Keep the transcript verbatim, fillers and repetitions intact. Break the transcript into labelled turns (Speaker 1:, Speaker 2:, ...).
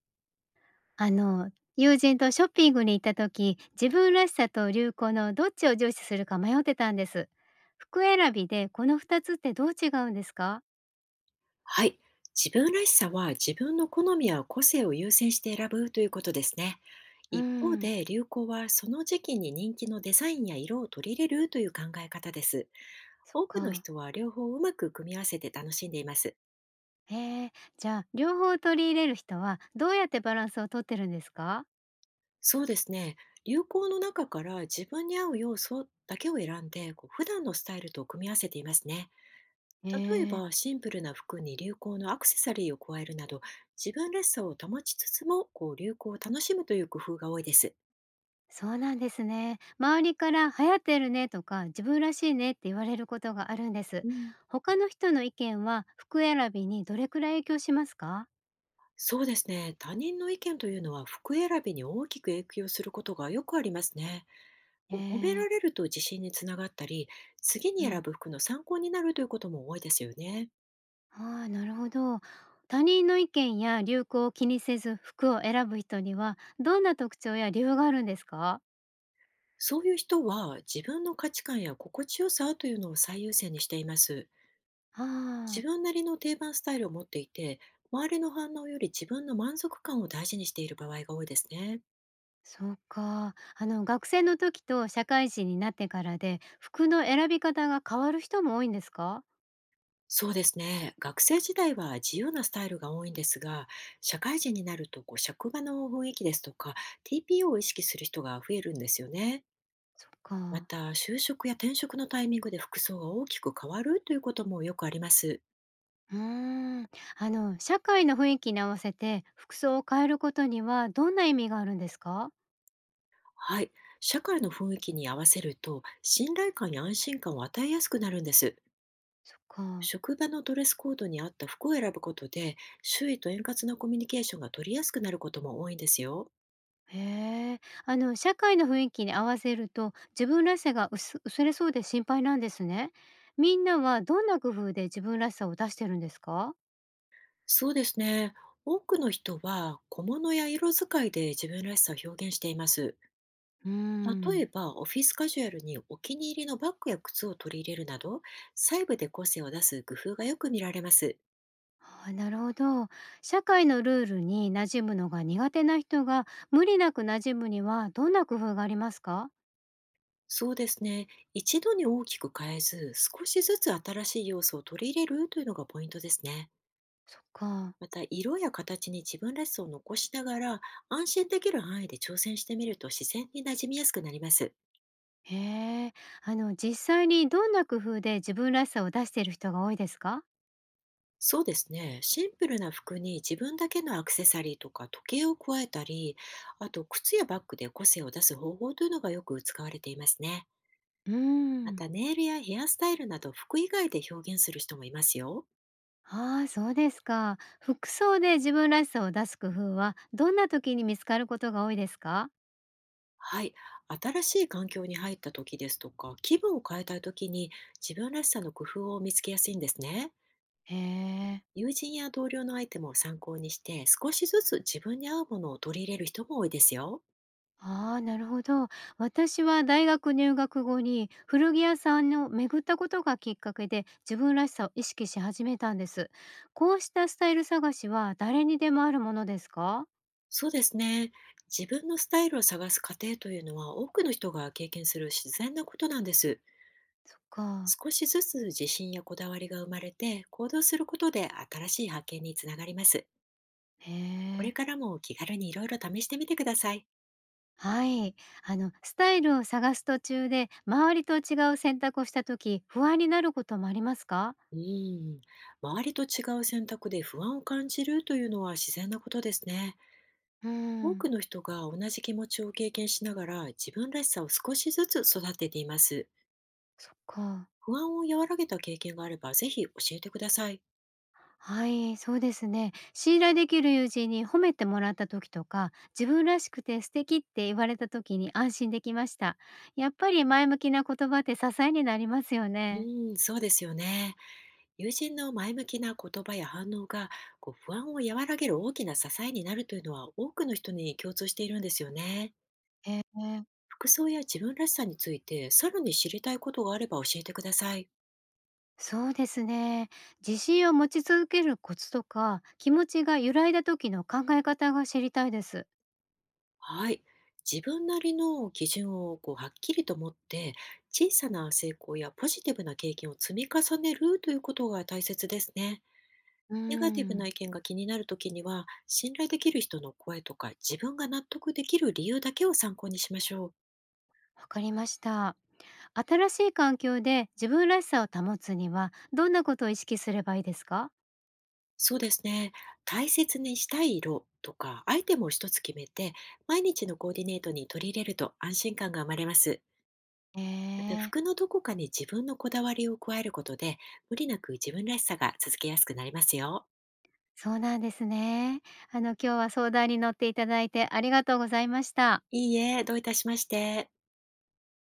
Speaker 1: あの、友人とショッピングに行った時、自分らしさと流行のどっちを重視するか迷ってたんです。服選びでこのふたつってどう違うんですか。
Speaker 2: はい。自分らしさは自分の好みや個性を優先して選ぶということですね。
Speaker 1: うー
Speaker 2: 一方
Speaker 1: ん、
Speaker 2: で流行はその時期に人気のデザインや色を取り入れるという考え方です。
Speaker 1: そっ
Speaker 2: 多くの
Speaker 1: か。
Speaker 2: 人は両方をうまく組み合わせて楽しんでいます。
Speaker 1: へえ、じゃあ両方取り入れる人はどうやってバランスをとってるんですか。
Speaker 2: そうですね。流行の中から自分に合う要素だけを選んで、こう普段のスタイルと組み合わせていますね。
Speaker 1: へ
Speaker 2: 例え
Speaker 1: え。
Speaker 2: ば、シンプルな服に流行のアクセサリーを加えるなど、自分らしさを保ちつつも、こう流行を楽しむという工夫が多いです。
Speaker 1: そうなんですね。周りから流行ってるねとか自分らしいねって言われることがあるんです。
Speaker 2: うん、
Speaker 1: 他の人の意見は服選びにどれくらい影響しますか。
Speaker 2: そうですね。他人の意見というのは服選びに大きく影響することがよくありますね。
Speaker 1: へ
Speaker 2: こう褒め
Speaker 1: え。
Speaker 2: られると自信につながったり、次に
Speaker 1: う
Speaker 2: 選
Speaker 1: ん。
Speaker 2: ぶ服の参考になるということも多いですよね。
Speaker 1: ああ、なるほど。他人の意見や流行を気にせず服を選ぶ人にはどんな特徴や理由があるんですか。
Speaker 2: そういう人は自分の価値観や心地よさというのを最優先にしています。自
Speaker 1: ああ、
Speaker 2: 分なりの定番スタイルを持っていて、周りの反応より自分の満足感を大事にしている場合が多いですね。
Speaker 1: そうか。あの、学生の時と社会人になってからで服の選び方が変わる人も多いんですか。
Speaker 2: そうですね。学生時代は自由なスタイルが多いんですが、社会人になるとこう職場の雰囲気ですとか、ティーピーオー を意識する人が増えるんですよね。
Speaker 1: そっ
Speaker 2: ま
Speaker 1: か。
Speaker 2: た、就職や転職のタイミングで服装が大きく変わるということもよくあります。
Speaker 1: うーん。あの、社会の雰囲気に合わせて服装を変えることにはどんな意味があるんですか。
Speaker 2: はい。社会の雰囲気に合わせると、信頼感や安心感を与えやすくなるんです。
Speaker 1: そっか。
Speaker 2: 職場のドレスコードに合った服を選ぶことで、周囲と円滑なコミュニケーションが取りやすくなることも多いんですよ。
Speaker 1: へえ、あの、社会の雰囲気に合わせると自分らしさが薄薄れそうで心配なんですね。みんなはどんな工夫で自分らしさを出してるんですか？
Speaker 2: そうですね。多くの人は小物や色使いで自分らしさを表現しています。
Speaker 1: うー
Speaker 2: 例え
Speaker 1: ん。
Speaker 2: ば、オフィスカジュアルにお気に入りのバッグや靴を取り入れるなど、細部で個性を出す工夫がよく見られます。
Speaker 1: あー、なるほど。社会のルールに馴染むのが苦手な人が無理なく馴染むにはどんな工夫がありますか？
Speaker 2: そうですね。一度に大きく変えず、少しずつ新しい要素を取り入れるというのがポイントですね。
Speaker 1: そっか。
Speaker 2: また、色や形に自分らしさを残しながら、安心できる範囲で挑戦してみると自然に馴染みやすくなります。
Speaker 1: へえ、あの、実際にどんな工夫で自分らしさを出している人が多いですか？
Speaker 2: そうですね。シンプルな服に自分だけのアクセサリーとか時計を加えたり、あと靴やバッグで個性を出す方法というのがよく使われていますね。
Speaker 1: うー
Speaker 2: ま
Speaker 1: ん。
Speaker 2: たネイルやヘアスタイルなど服以外で表現する人もいますよ。
Speaker 1: ああ、そうですか。服装で自分らしさを出す工夫は、どんな時に見つかることが多いですか。
Speaker 2: はい。新しい環境に入った時ですとか、気分を変えたい時に自分らしさの工夫を見つけやすいんですね。
Speaker 1: へえ。
Speaker 2: 友人や同僚のアイテムを参考にして、少しずつ自分に合うものを取り入れる人も多いですよ。
Speaker 1: ああ、なるほど。私は大学入学後に古着屋さんを巡ったことがきっかけで自分らしさを意識し始めたんです。こうしたスタイル探しは誰にでもあるものですか。
Speaker 2: そうですね。自分のスタイルを探す過程というのは多くの人が経験する自然なことなんです。
Speaker 1: そっか。
Speaker 2: 少しずつ自信やこだわりが生まれて行動することで新しい発見につながります。
Speaker 1: へ
Speaker 2: これ
Speaker 1: え。
Speaker 2: からも気軽にいろいろ試してみてください。
Speaker 1: はい。あの、スタイルを探す途中で周りと違う選択をした時、不安になることもありますか。
Speaker 2: うん。周りと違う選択で不安を感じるというのは自然なことですね。
Speaker 1: う
Speaker 2: 多
Speaker 1: ん。
Speaker 2: くの人が同じ気持ちを経験しながら自分らしさを少しずつ育てています。
Speaker 1: そっか。
Speaker 2: 不安を和らげた経験があればぜひ教えてください。
Speaker 1: はい、そうですね。信頼できる友人に褒めてもらった時とか、自分らしくて素敵って言われた時に安心できました。やっぱり前向きな言葉って支えになりますよ
Speaker 2: う
Speaker 1: ね。
Speaker 2: ん、そうですよね。友人の前向きな言葉や反応がこう不安を和らげる大きな支えになるというのは多くの人に共通しているんですよね。
Speaker 1: ええ、
Speaker 2: 服装や自分らしさについてさらに知りたいことがあれば教えてください。
Speaker 1: そうですね。自信を持ち続けるコツとか、気持ちが揺らいだ時の考え方が知りたいです。
Speaker 2: はい。自分なりの基準をこうはっきりと持って、小さな成功やポジティブな経験を積み重ねるということが大切ですね。
Speaker 1: うー
Speaker 2: ネガティブな
Speaker 1: ん、
Speaker 2: 意見が気になるときには、信頼できる人の声とか、自分が納得できる理由だけを参考にしましょう。
Speaker 1: わかりました。新しい環境で自分らしさを保つには、どんなことを意識すればいいですか？
Speaker 2: そうですね。大切にしたい色とか、アイテムを一つ決めて、毎日のコーディネートに取り入れると安心感が生まれます。
Speaker 1: え
Speaker 2: また、
Speaker 1: え。
Speaker 2: 服のどこかに自分のこだわりを加えることで、無理なく自分らしさが続けやすくなりますよ。
Speaker 1: そうなんですね。あの、今日は相談に乗っていただいてありがとうございました。
Speaker 2: いいえ、どういたしまして。